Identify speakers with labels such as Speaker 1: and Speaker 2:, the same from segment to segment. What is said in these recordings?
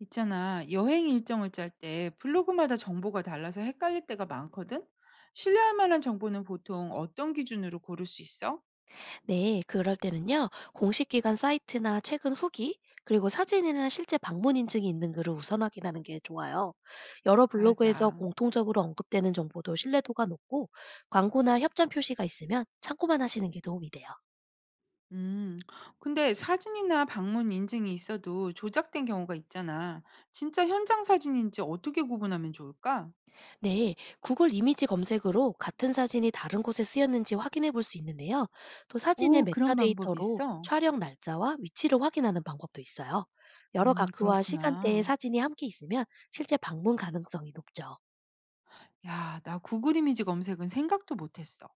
Speaker 1: 있잖아, 여행 일정을 짤 때 블로그마다 정보가 달라서 헷갈릴 때가 많거든? 신뢰할 만한 정보는 보통 어떤 기준으로 고를 수 있어?
Speaker 2: 네, 그럴 때는요, 공식 기관 사이트나 최근 후기, 그리고 사진이나 실제 방문 인증이 있는 글을 우선 확인하는 게 좋아요. 여러 블로그에서
Speaker 1: 맞아.
Speaker 2: 공통적으로 언급되는 정보도 신뢰도가 높고, 광고나 협찬 표시가 있으면 참고만 하시는 게 도움이 돼요.
Speaker 1: 음, 근데 사진이나 방문 인증이 있어도 조작된 경우가 있잖아. 진짜 현장 사진인지 어떻게 구분하면 좋을까?
Speaker 2: 네, 구글 이미지 검색으로 같은 사진이 다른 곳에 쓰였는지 확인해 볼 수 있는데요. 또 사진의
Speaker 1: 오, 그런 방법이
Speaker 2: 메타데이터로
Speaker 1: 있어?
Speaker 2: 촬영 날짜와 위치를 확인하는 방법도 있어요. 여러 각도와 시간대의
Speaker 1: 그렇구나.
Speaker 2: 사진이 함께 있으면 실제 방문 가능성이 높죠.
Speaker 1: 야, 나 구글 이미지 검색은 생각도 못했어.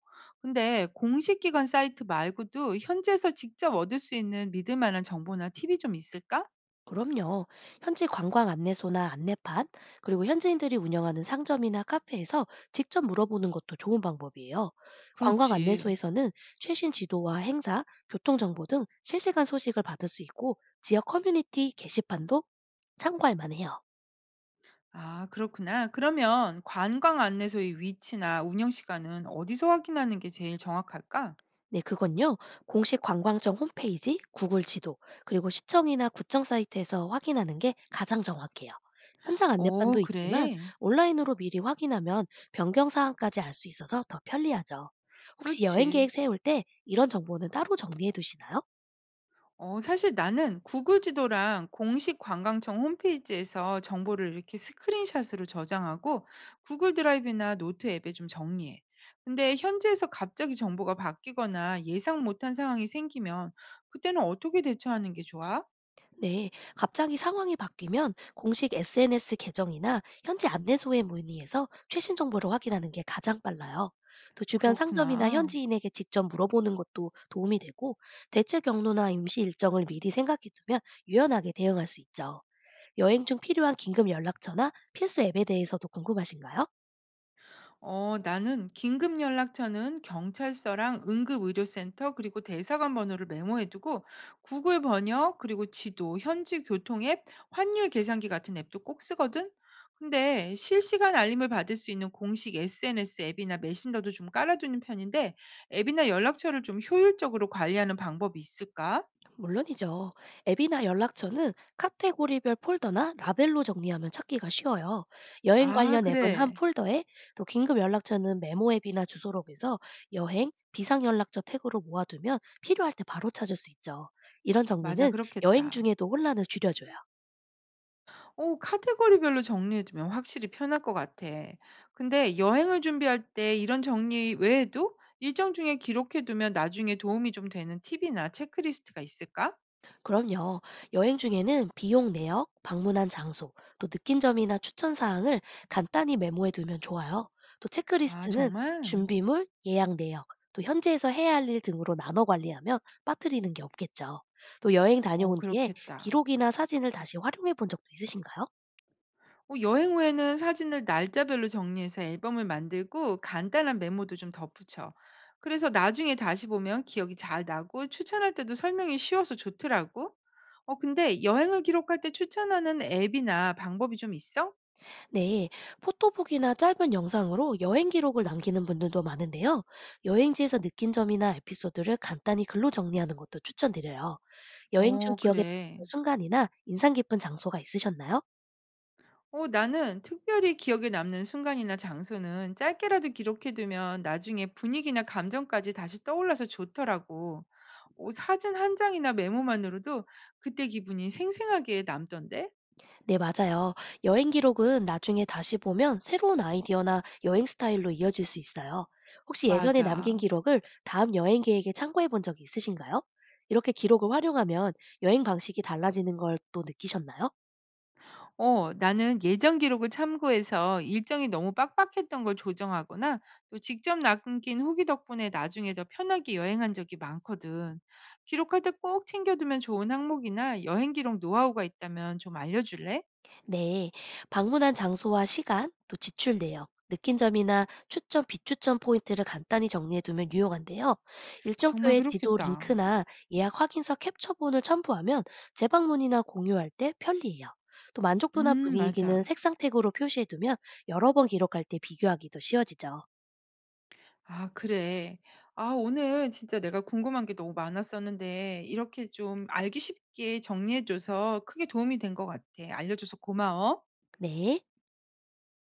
Speaker 1: 근데 공식 기관 사이트 말고도 현지에서 직접 얻을 수 있는 믿을 만한 정보나 팁이 좀 있을까?
Speaker 2: 그럼요. 현지 관광 안내소나 안내판, 그리고 현지인들이 운영하는 상점이나 카페에서 직접 물어보는 것도 좋은 방법이에요. 관광
Speaker 1: 그렇지.
Speaker 2: 안내소에서는 최신 지도와 행사, 교통정보 등 실시간 소식을 받을 수 있고, 지역 커뮤니티 게시판도 참고할 만해요.
Speaker 1: 아, 그렇구나. 그러면 관광 안내소의 위치나 운영 시간은 어디서 확인하는 게 제일 정확할까?
Speaker 2: 네, 그건요. 공식 관광청 홈페이지, 구글 지도, 그리고 시청이나 구청 사이트에서 확인하는 게 가장 정확해요. 현장 안내판도
Speaker 1: 오
Speaker 2: 있지만
Speaker 1: 그래.
Speaker 2: 온라인으로 미리 확인하면 변경 사항까지 알 수 있어서 더 편리하죠. 혹시 여행
Speaker 1: 그렇지.
Speaker 2: 계획 세울 때 이런 정보는 따로 정리해 두시나요?
Speaker 1: 사실 나는 구글 지도랑 공식 관광청 홈페이지에서 정보를 이렇게 스크린샷으로 저장하고 구글 드라이브나 노트 앱에 좀 정리해. 근데 현지에서 갑자기 정보가 바뀌거나 예상 못한 상황이 생기면 그때는 어떻게 대처하는 게 좋아?
Speaker 2: 네, 갑자기 상황이 바뀌면 공식 SNS 계정이나 현지 안내소에 문의해서 최신 정보를 확인하는 게 가장 빨라요. 또 주변 상점이나
Speaker 1: 그렇구나.
Speaker 2: 현지인에게 직접 물어보는 것도 도움이 되고 대체 경로나 임시 일정을 미리 생각해두면 유연하게 대응할 수 있죠. 여행 중 필요한 긴급 연락처나 필수 앱에 대해서도 궁금하신가요?
Speaker 1: 어, 나는 긴급 연락처는 경찰서랑 응급의료센터 그리고 대사관 번호를 메모해두고 구글 번역 그리고 지도, 현지 교통 앱, 환율 계산기 같은 앱도 꼭 쓰거든. 근데 실시간 알림을 받을 수 있는 공식 SNS 앱이나 메신저도 좀 깔아두는 편인데 앱이나 연락처를 좀 효율적으로 관리하는 방법이 있을까?
Speaker 2: 물론이죠. 앱이나 연락처는 카테고리별 폴더나 라벨로 정리하면 찾기가 쉬워요. 여행
Speaker 1: 아,
Speaker 2: 관련 앱은 한
Speaker 1: 그래.
Speaker 2: 폴더에, 또 긴급 연락처는 메모 앱이나 주소록에서 여행, 비상 연락처 태그로 모아두면 필요할 때 바로 찾을 수 있죠. 이런
Speaker 1: 맞아,
Speaker 2: 정리는 여행
Speaker 1: 그렇겠다.
Speaker 2: 중에도 혼란을 줄여줘요.
Speaker 1: 카테고리별로 정리해 두면 확실히 편할 것 같아. 근데 여행을 준비할 때 이런 정리 외에도 일정 중에 기록해 두면 나중에 도움이 좀 되는 팁이나 체크리스트가 있을까?
Speaker 2: 그럼요. 여행 중에는 비용 내역, 방문한 장소, 또 느낀 점이나 추천 사항을 간단히 메모해 두면 좋아요. 또
Speaker 1: 아
Speaker 2: 체크리스트는
Speaker 1: 정말?
Speaker 2: 준비물, 예약 내역, 또 현지에서 해야 할 일 등으로 나눠 관리하면 빠뜨리는 게 없겠죠. 또 여행
Speaker 1: 어
Speaker 2: 다녀온 뒤에
Speaker 1: 그렇겠다.
Speaker 2: 기록이나 사진을 다시 활용해 본 적도 있으신가요?
Speaker 1: 여행 후에는 사진을 날짜별로 정리해서 앨범을 만들고 간단한 메모도 좀 덧붙여. 그래서 나중에 다시 보면 기억이 잘 나고 추천할 때도 설명이 쉬워서 좋더라고. 근데 여행을 기록할 때 추천하는 앱이나 방법이 좀 있어?
Speaker 2: 네, 포토북이나 짧은 영상으로 여행 기록을 남기는 분들도 많은데요. 여행지에서 느낀 점이나 에피소드를 간단히 글로 정리하는 것도 추천드려요. 여행 중
Speaker 1: 어
Speaker 2: 기억에 남는
Speaker 1: 그래.
Speaker 2: 순간이나 인상 깊은 장소가 있으셨나요?
Speaker 1: 나는 특별히 기억에 남는 순간이나 장소는 짧게라도 기록해 두면 나중에 분위기나 감정까지 다시 떠올라서 좋더라고. 사진 한 장이나 메모만으로도 그때 기분이 생생하게 남던데?
Speaker 2: 네, 맞아요. 여행 기록은 나중에 다시 보면 새로운 아이디어나 여행 스타일로 이어질 수 있어요. 혹시 예전에 남긴
Speaker 1: 맞아.
Speaker 2: 기록을 다음 여행 계획에 참고해 본 적이 있으신가요? 이렇게 기록을 활용하면 여행 방식이 달라지는 걸 또 느끼셨나요?
Speaker 1: 어, 나는 예전 기록을 참고해서 일정이 너무 빡빡했던 걸 조정하거나 또 직접 남긴 후기 덕분에 나중에 더 편하게 여행한 적이 많거든. 기록할 때 꼭 챙겨두면 좋은 항목이나 여행 기록 노하우가 있다면 좀 알려줄래?
Speaker 2: 네, 방문한 장소와 시간, 또 지출 내역, 느낀 점이나 추천, 비추천 포인트를 간단히 정리해 두면 유용한데요.
Speaker 1: 정말
Speaker 2: 일정표에 지도
Speaker 1: 그렇겠다.
Speaker 2: 링크나 예약 확인서 캡처본을 첨부하면 재방문이나 공유할 때 편리해요. 또 만족도나
Speaker 1: 맞아.
Speaker 2: 분위기는 색상 태그로 표시해 두면 여러 번 기록할 때 비교하기도 쉬워지죠.
Speaker 1: 아, 그래. 아, 오늘 진짜 내가 궁금한 게 너무 많았었는데 이렇게 좀 알기 쉽게 정리해줘서 크게 도움이 된 것 같아. 알려줘서 고마워.
Speaker 2: 네.